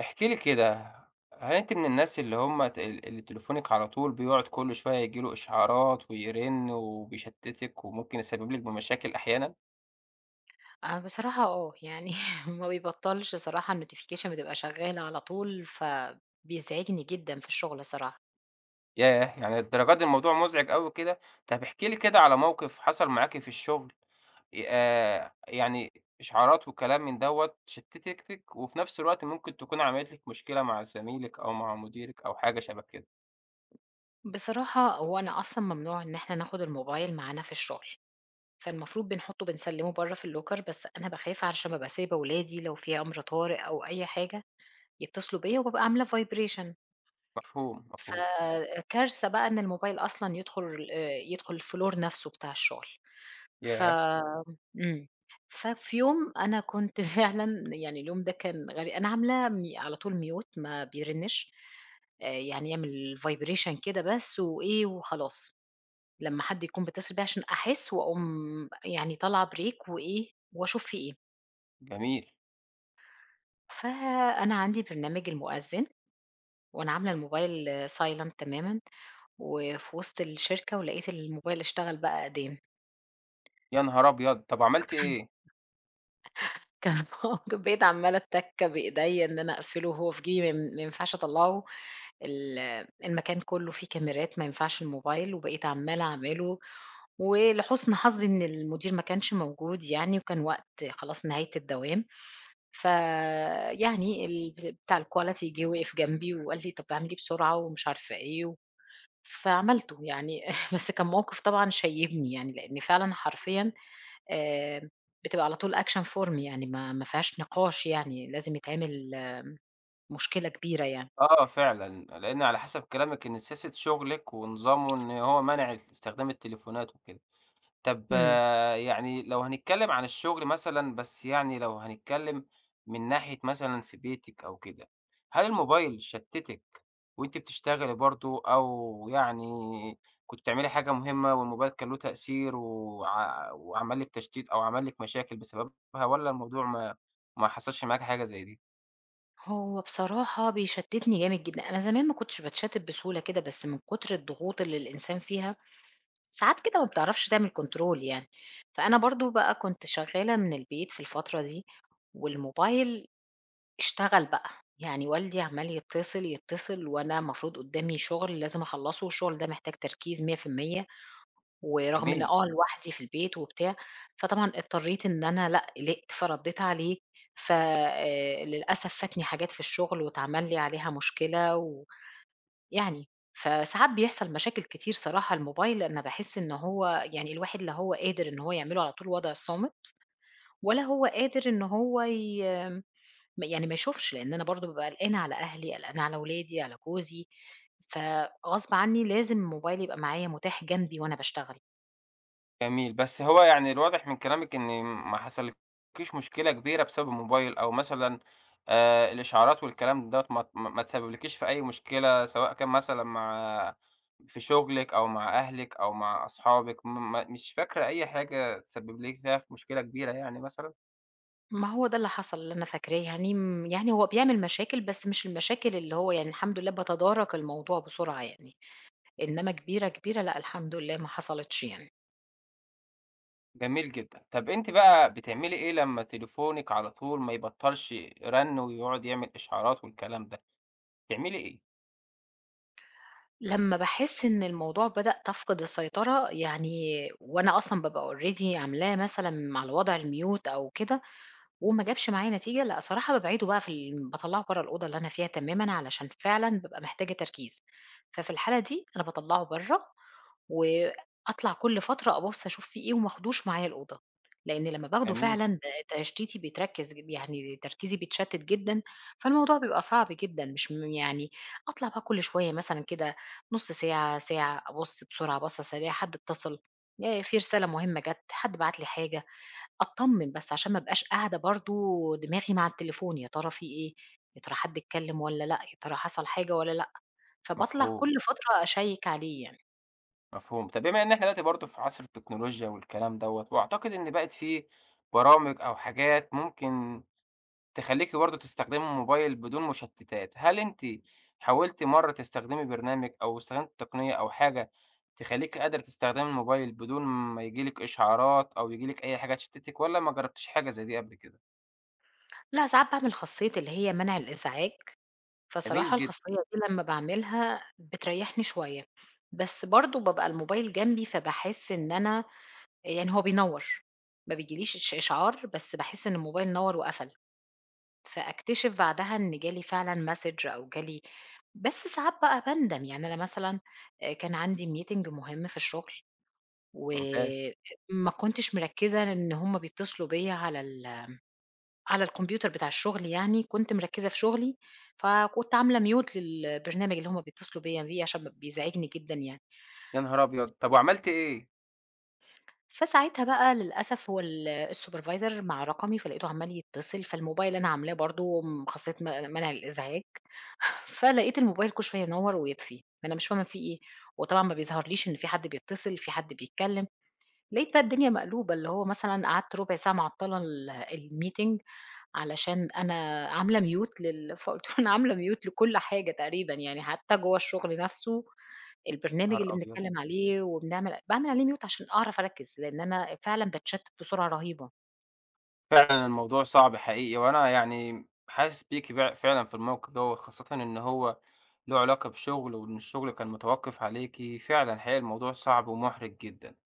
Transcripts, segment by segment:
احكِ لي كده. هل أنتِ من الناس اللي هم ت ال اللي تليفونِك على طول بيقعد كل شوية ييجي له إشعارات ويرن وبيشتتِك وممكن يسبب لِك بمشاكل أحيانًا؟ أنا بصراحة آه، يعني ما بيبطّلش صراحة الnotification بتبقى شغّالة على طول، فبيزعجني جدًا في الشغل صراحة. ياه! يعني للدرجة دي الموضوع مزعج أوي كده؟ طب احكِ لي كده على موقف حصل معاكِ في الشغل. يعني إشعارات وكلام من دوّة شتتِتِك، وفي نفس الوقت ممكن تكون عملت لِك مشكلة مع زميلِك أو مع مديرِك أو حاجة شبه كده. بصراحة هو أنا أصلًا ممنوع إن إحنا ناخُد الموبايل معانا في الشغل، فالمفروض بنسلِّمه برّه في الlocker، بس أنا باخاف علشان بابقى سايبة ولادي، لو في أمر طارئ أو أي حاجة يتصلوا بيّا وبابقى عاملة vibration. مفهوم، مفهوم. فكارثة بقى إن الموبايل أصلًا يدخل يدخل الfloor نَفْسه بتاع الشغل. ف ياه! إمم. ففي يوم أنا كنت فعلًا، يعني اليوم ده كان غري أنا عاملاه على طول mute ما بيرنّش، يعني يعمل vibration كده بس وإيه وخلاص، لمّا حد يكون بيتصل بيّا عشان أحس وأقوم، يعني طالعة break وإيه، وأشوف في إيه. جميل. فأنا عندي برنامج المؤذن وأنا عاملة الموبايل silent تمامًا، وفي وسط الشركة ولقيت الموبايل اشتغل بقى أذان. يا نهار أبيض! طب وعملتِ إيه؟ كان موجود، بقيت عمّالة أتّك بإيديّا إن أنا أقفله وهو في جيبي، ما ينفعش أطلّعه، ال المكان كلّه فيه كاميرات ما ينفعش الموبايل، وبقيت عمّالة أعمله، ولحُسن حظي إن المدير ما كانش موجود يعني، وكان وقت خلاص نهاية الدوام، فيعني بتاع الquality جِه وقف جنبي وقال لي: "طَب اعمليه بسرعة." ومش عارفة إيه فعملته يعني بس كان موقف طبعًا شيّبني يعني، لإن فعلًا حرفيًا آآ بتبقى على طول action form، يعني ما فيهاش نقاش يعني، لازم يتعمل آه، مشكلة كبيرة يعني. آه فعلًا، لإن على حسب كلامِك إن سياسة شغلِك ونظامه إن هو منع استخدام التليفونات وكده. طب إمم. آه، يعني لو هنتكلم عن الشغل مثلًا، بس يعني لو هنتكلم من ناحية مثلًا في بيتِك أو كده، هل الموبايل شتتِك وأنتِ بتشتغلي برضه، أو يعني كنتِ بتعملي حاجة مهمة والموبايل كان له تأثير وع وعمل لِك تشتيت أو عمل لِك مشاكل بسببها، والّا الموضوع ما حصلش معاكِ حاجة زي دي؟ هو بصراحة بيشتّتني جامد جدًا، أنا زمان ما كنتش باتشتّت بسهولة كده، بس من كتر الضغوط اللي الإنسان فيها، ساعات كده ما بتعرفش تعمل control يعني. فأنا برضه بقى كنت شغّالة من البيت في الفترة دي، والموبايل اشتغل بقى، يعني والدي عمّال يتصل، يتصل، وأنا المفروض قدّامي شُغل لازم أخلّصه والشُغل ده محتاج تركيز 100%، ورغم إن جميل. آه لوحدي في البيت وبتاع، فطبعًا اضطريت إن أنا لأ، قلقت فردّيت عليه، ف للأسف فاتني حاجات في الشغل واتعمل لي عليها مشكلة ويعني، فساعات بيحصل مشاكل كتير صراحة الموبايل، أنا باحس إن هو يعني الواحد لا هو قادر إن هو يعمله على طول وضع صامت، ولا هو قادر إن هو ي م يعني ما يشوفش، لإن أنا برضه بابقى قلقانة على أهلي، قلقانة على ولادي، على جوزي، فغصب عني لازم الموبايل يبقى معايا متاح جنبي وأنا باشتغل. جميل، بس هو يعني الواضح من كلامِك إن ما حصلتكيش مشكلة كبيرة بسبب الموبايل، أو مثلًا الإشعارات والكلام دوّة ما ت ما ما تسببلكيش في أي مشكلة، سواء كان مثلًا مع في شغلِك أو مع أهلِك أو مع أصحابِك، م ما مش فاكرة أي حاجة تسبب لِك فيها في مشكلة كبيرة يعني مثلًا؟ ما هو ده اللي حصل اللي أنا فاكراه، يعني م يعني هو بيعمل مشاكل، بس مش المشاكل اللي هو يعني، الحمد لله باتدارك الموضوع بسرعة يعني، إنما كبيرة، كبيرة لأ، الحمد لله ما حصلتش يعني. جميل جدًا. طب أنتِ بقى بتعملي إيه لمّا تليفونِك على طول ما يبطّلش رَن ويقعد يعمل إشعارات والكلام ده، بتعملي إيه؟ لمّا باحس إن الموضوع بدأ تفقد السيطرة يعني، وأنا أصلًا بابقى already عاملاه مثلًا على وضع الmute أو كده وما جابش معايا نتيجة، لأ صراحة بابعده بقى في ال باطلّعه برّه الأوضة اللي أنا فيها تمامًا، علشان فعلًا بابقى محتاجة تركيز، ففي الحالة دي أنا باطلّعه برّه وأطلع كل فترة أبُص أشوف في إيه، وما آخدوش معايا الأوضة، لإن لمّا باخده جميل. فعلًا ب تشتيتي بيتركز ج يعني تركيزي بيتشتت جدًا، فالموضوع بيبقى صعب جدًا، مش م يعني أطلع بقى كل شوية مثلًا كده نُص ساعة، ساعة، أبُص بسرعة بصّة سريعة، حد اتصل، في رسالة مهمة جات، حد بعت لي حاجة، أتطمن بس عشان ما ابقاش قاعدة برضه دماغي مع التليفون، يا ترى في إيه، يا ترى حد اتكلم والّا لأ، يا ترى حصل حاجة والّا لأ، فباطلع مفهوم. كل فترة أشيّك عليه يعني. مفهوم. طب بما إن إحنا دلوقتي برضه في عصر التكنولوجيا والكلام دوّة، وأعتقد إن بقت في برامج أو حاجات ممكن تخلّيكِ برضه تستخدمي الموبايل بدون مشتتات، هل أنتِ حاولتِ مرّة تستخدمي برنامج أو استخدمتِ تقنية أو حاجة تخلّيكِ قادرة تستخدمي الموبايل بدون ما ييجي لِك إشعارات أو ييجي لِك أي حاجة تشتتِك، والّا ما جرّبتيش حاجة زي دي قبل كده؟ لأ، ساعات باعمل خاصية اللي هي منع الإزعاج، جميل فصراحة جدًا، الخاصية دي لمّا باعملها بتريّحني شوية، بس برضه بابقى الموبايل جنبي، فباحس إن أنا يعني هو بينوّر، ما بيجيليش إشعار، بس باحس إن الموبايل نوّر وقفل، فأكتشف بعدها إن جالي فعلًا message أو جالي، بس ساعات بقى باندم، يعني أنا مثلًا كان عندي meeting مهم في الشغل، ممتاز. وما كنتش مركّزة إن هُم بيتصلوا بيّا على الكمبيوتر بتاع الشغل يعني، كنت مركّزة في شغلي، فكنت عاملة mute للبرنامج اللي هُم بيتصلوا بيّا بيه عشان بيزعجني جدًا يعني. يا نهار أبيض! طب وعملتِ إيه؟ فساعتها بقى للأسف هو الsupervisor مع رقمي، فلقيته عمّال يتصل، فالموبايل أنا عاملاه برضه خاصية منع الإزعاج، فلقيت الموبايل كل شوية ينوّر ويطفي، أنا مش فاهمة في إيه، وطبعًا ما بيظهرليش إن في حد بيتصل، في حد بيتكلم، لقيت بقى الدنيا مقلوبة، اللي هو مثلًا قعدت ربع ساعة معطّلة الmeeting علشان أنا عاملة mute لل، فقُلت له: "أنا عاملة mute لكل حاجة تقريبًا، يعني حتى جوّه الشغل نَفْسه يا البرنامج نهار اللي أبيض! بنتكلّم عليه وبنعمل" باعمل عليه mute عشان أعرف أركّز، لإن أنا فعلًا باتشتّت بسرعة رهيبة. فعلًا الموضوع صعب حقيقي، وأنا يعني حاسس بيكِ فعلًا في الموقف دوّة، خاصةً إن هو له علاقة بشغل، وإن الشغل كان متوقف عليكِ. فعلًا حقيقي الموضوع صعب ومحرج جدًا.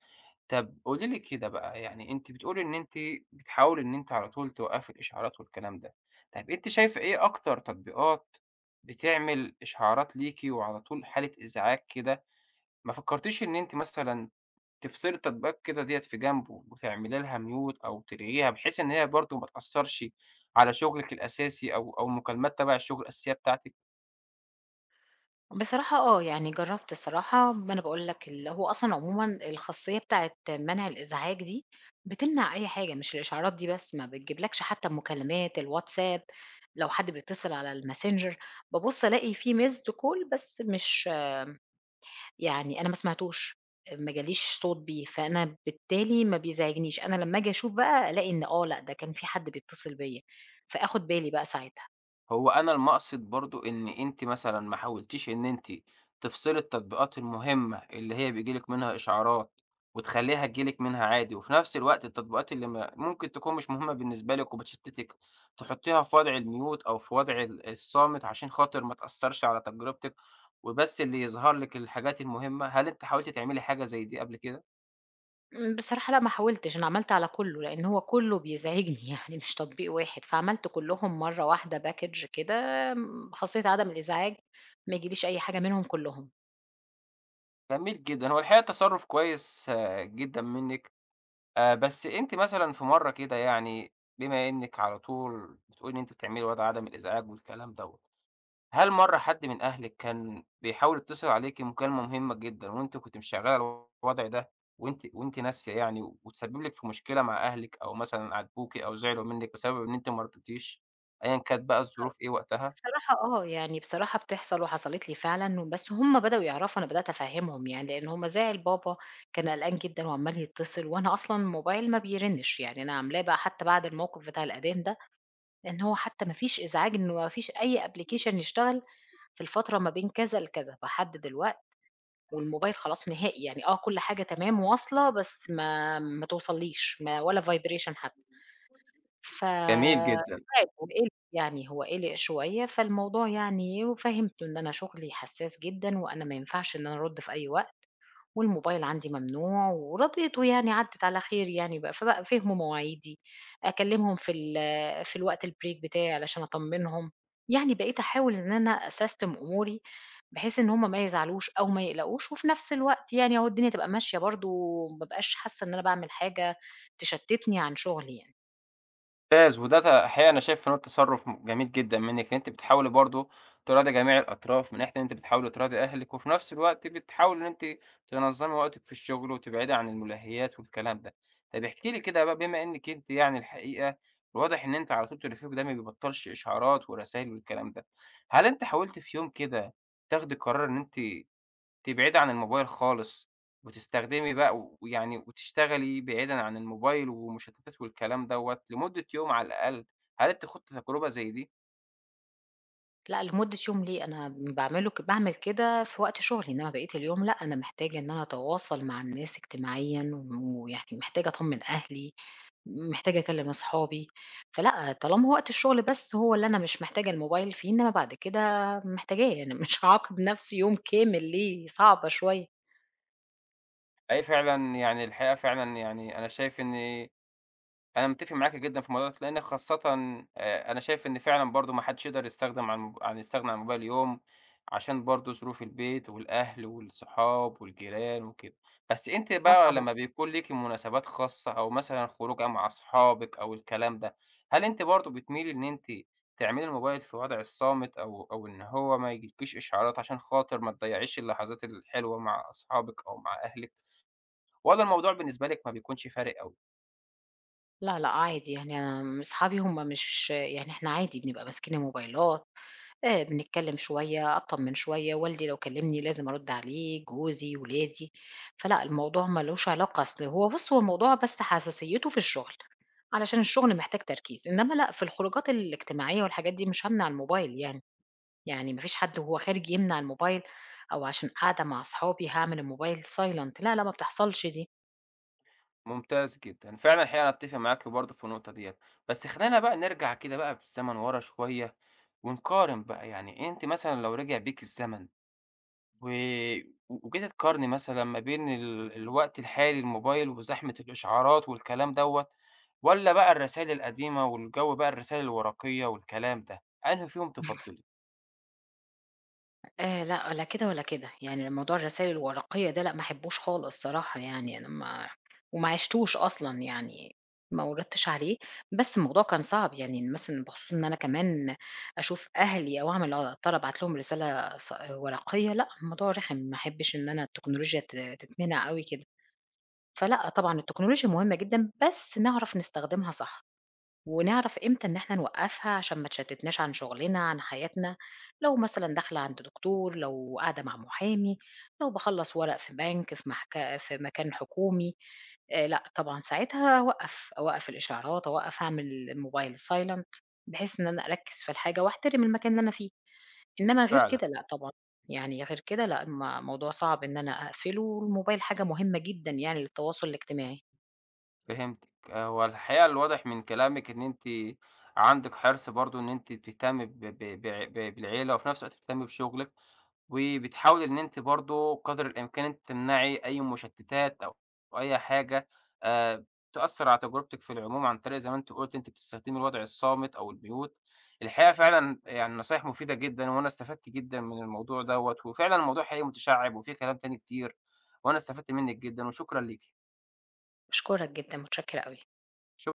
طب قولي لي كده بقى، يعني أنتِ بتقولي إن أنتِ بتحاولي إن أنتِ على طول توقفي الإشعارات والكلام ده، طب أنتِ شايفة إيه أكتر تطبيقات بتعمل إشعارات ليكِ وعلى طول حالة إزعاج كده؟ ما فكرتيش إن أنتِ مثلًا تفصلي التطبيقات كده ديّة في جنبه، وتعملي لها mute أو تلغيها، بحيث إن هي برضه ما تأثّرش على شغلِك الأساسي أو مكالمات تبع الشغل الأساسية بتاعتِك؟ بصراحة آه، يعني جرّبت الصراحة، ما أنا باقول لك هو أصلًا عمومًا الخاصية بتاعة منع الإزعاج دي بتمنع أي حاجة، مش الإشعارات دي بس، ما بتجيبلكش حتى المكالمات، الواتساب، لو حد بيتصل على الmessenger، بابُص ألاقي في missed call، بس مش يعني أنا ما سمعتوش، ما جاليش صوت بيه، فأنا بالتالي ما بيزعجنيش، أنا لمّا آجي أشوف بقى ألاقي إن آه، لأ ده كان في حد بيتصل بيّا، فآخد بالي بقى ساعتها. هو أنا المقصد برضه إن أنتِ مثلًا ما حاولتيش إن أنتِ تفصلي التطبيقات المهمة اللي هي بييجي لِك منها إشعارات، وتخلّيها تيجي لِك منها عادي، وفي نفس الوقت التطبيقات اللي ما ممكن تكون مش مهمة بالنسبة لِك وبتشتتِك، تحطيها في وضع الmute أو في وضع الصامت عشان خاطر ما تأثّرش على تجربتِك، وبس اللي يظهر لِك الحاجات المهمة. هل أنتِ حاولتِ تعملي حاجة زي دي قبل كده؟ بصراحة لأ ما حاولتش، أنا عملت على كُلّه، لإن هو كُلّه بيزعجني يعني مش تطبيق واحد، فعملت كُلّهم مرّة واحدة package كده، خاصية عدم الإزعاج، ما يجيليش أي حاجة منهم كُلّهم. جميل جدًا، هو الحقيقة تصرُّف كويس آه، جدًا منِّك. بس أنتِ مثلًا في مرّة كده يعني، بما إنِّك على طول بتقولي إن أنتِ بتعملي وضع عدم الإزعاج والكلام دوّة، هل مرّة حد من أهلِك كان بيحاول يتصل عليكِ مكالمة مهمة جدًا وأنتِ كنتِ مش شغّالة الوضع ده وأنتِ ناسية يعني وتسبب لِك في مشكلة مع أهلِك أو مثلًا عاتبوكِ أو زعلوا منِّك بسبب إن أنتِ ما رديتيش، أيًا كانت بقى الظروف إيه وقتها؟ بصراحة آه، يعني بصراحة بتحصل وحصلت لي فعلًا، بس هُم بدأوا يعرفوا، أنا بدأت أفهّمهم يعني، لإن هو مزاعل بابا كان قلقان جدًا وعمّال يتصل، وأنا أصلًا الموبايل ما بيرنّش، يعني أنا عاملاه بقى حتى بعد الموقف بتاع الأذان ده، لإن هو حتى ما فيش إزعاج، إنه ما فيش أي application يشتغل في الفترة ما بين كذا لكذا، باحدد الوقت والموبايل خلاص نهائي يعني آه، كل حاجة تمام واصلة، بس ما توصلّيش ما ولا vibration حتى. ف جميل جدًا. خاف وقِلِق يعني، هو قِلِق شوية، فالموضوع يعني، وفهّمته إن أنا شُغلي حساس جدًا وأنا ما ينفعش إن أنا أرُد في أي وقت والموبايل عندي ممنوع، ورضيته يعني، عدِّت على خير يعني بقى، فبقى فهموا مواعيدي، أكلِّمهم في الوقت الbreak بتاعي علشان أطمّنهم، يعني بقيت أحاول إن أنا أسيستم أموري بحيث إن هم ما يزعلوش أو ما يقلقوش، وفي نفس الوقت يعني أهو الدنيا تبقى ماشية برضه، وما ابقاش حاسّة إن أنا باعمل حاجة تشتِّتني عن شُغلي يعني. ممتاز، وده الحقيقة أنا شايف إن هو تصرُّف جميل جدًا منِّك، إن أنتِ بتحاولي برضه تراضي جميع الأطراف، من ناحية إن أنتِ بتحاولي تراضي أهلِك، وفي نفس الوقت بتحاولي إن أنتِ تنظّمي وقتِك في الشغل، وتبعدي عن الملهيات والكلام ده. طب احكِ لي كده بقى، بما إنِّك أنتِ يعني الحقيقة واضح إن أنتِ على طول تليفونِك ده ما بيبطّلش إشعارات ورسايل والكلام ده، هل أنتِ حاولتِ في يوم كده تاخدي قرار إن أنتِ تبعدي عن الموبايل خالص، وتستخدمي بقى و ويعني وتشتغلي بعيدًا عن الموبايل والمشتتات والكلام دوّة لمدة يوم على الأقل، هل أنتِ خُضتِ تجربة زي دي؟ لأ، لمدة يوم ليه، أنا باعمله باعمل كده في وقت شغلي، إنما بقية اليوم لأ، أنا محتاجة إن أنا أتواصل مع الناس اجتماعيًا، و- ويعني محتاجة أطمن أهلي، محتاجة أكلم أصحابي، فلأ، طالما وقت الشغل بس هو اللي أنا مش محتاجة الموبايل فيه، إنما بعد كده محتاجاه، يعني مش هاعاقب نفسي يوم كامل ليه، صعبة شوية. أي فعلًا يعني الحقيقة فعلًا يعني أنا شايف إن أنا متفق معاكِ جدًا في الموضوع ده، لإن خاصةً أنا شايف إن فعلًا برضه ما حدّش يقدر يستغنى عن الموبايل يوم، عشان برضه ظروف البيت والأهل والصحاب والجيران وكده. بس أنتِ آه بقى طبعًا. لمّا بيكون ليكِ مناسبات خاصة أو مثلًا خروجة مع أصحابِك أو الكلام ده، هل أنتِ برضه بتميلي إن أنتِ تعملي الموبايل في وضع الصامت أو إن هو ما يجيلكيش إشعارات عشان خاطر ما تضيّعيش اللحظات الحلوة مع أصحابِك أو مع أهلِك، والّا الموضوع بالنسبة لِك ما بيكونش فارق أوي؟ لا، لأ، عادي، يعني أنا أصحابي هم مش يعني، إحنا عادي بنبقى ماسكين الموبايلات، بنتكلّم شوية، أطمّن شوية، والدي لو كلّمني لازم أرُد عليه، جوزي، ولادي، فلأ الموضوع ما لوش علاقة، أصل هو بُص، هو الموضوع بس حساسيته في الشغل، علشان الشغل محتاج تركيز، إنّما لأ في الخروجات الاجتماعية والحاجات دي مش هامنع الموبايل يعني، يعني ما فيش حد وهو خارج يمنع الموبايل، أو عشان قاعدة مع أصحابي هاعمل الموبايل silent، لا، لا ما بتحصلش دي. ممتاز جدًا، فعلًا الحقيقة أنا أتفق معاك برضه في النقطة ديّة، بس خلّينا بقى نرجع كده بقى بالزمن ورا شوية، ونقارن بقى يعني أنتِ مثلًا لو رجع بيك الزمن و وجيتِ تقارني مثلًا ما بين الوقت الحالي الموبايل وزحمة الإشعارات والكلام دوّة، والّا بقى الرسايل القديمة والجو، بقى الرسايل الورقية والكلام ده، أنهي فيهم تفضّلي لأ، لا كده ولا كده، يعني موضوع الرسايل الورقية ده لأ، ما احبوش خالص صراحة يعني، أنا ما وما عِشتوش أصلًا يعني، ما وردتش عليه، بس الموضوع كان صعب يعني مثلًا بخصوص إن أنا كمان أشوف أهلي أو أضطر أبعت لهم رسالة ورقية، لأ الموضوع رخم، ما احبش إن أنا التكنولوجيا تتمنع أوي كده، فلأ طبعًا التكنولوجيا مهمة جدًا، بس نعرف نستخدمها صح. ونعرف إمتى إن إحنا نوقّفها عشان ما تشتتناش عن شغلنا، عن حياتنا، لو مثلًا داخلة عند دكتور، لو قاعدة مع محامي، لو باخلّص ورق في بنك، في مكان حكومي، لأ طبعًا ساعتها أوقّف، أوقّف الإشعارات، أوقّف، أعمل الموبايل silent، بحيث إن أنا أركّز في الحاجة وأحترم المكان اللي أنا فيه، إنما غير فعلًا؟ كده لأ طبعًا، يعني غير كده لأ موضوع صعب إن أنا أقفله، والموبايل حاجة مهمة جدًا يعني للتواصل الاجتماعي. فهمتِك. آه، هو الحقيقة الواضح من كلامِك إن أنتِ عندِك حرص برضه إن أنتِ بتهتمي ب ب بع ب بالعيلة وفي نفس الوقت بتهتمي بشغلِك، وبتحاولي إن أنتِ برضه قدر الإمكان أنتِ تمنعي أي مشتتات أو أي حاجة آآ، تأثّر على تجربتِك في العموم عن طريق زي ما أنتِ قُلتِ أنتِ بتستخدمي الوضع الصامت أو الmute. الحقيقة فعلًا يعني نصايح مفيدة جدًا، وأنا استفدت جدًا من الموضوع دوّة، وفعلًا الموضوع حقيقي متشعِّب وفيه كلام تاني كتير، وأنا استفدت منِّك جدًا وشكرًا ليكِ. باشكرك جدًا، متشكرة أوي. شك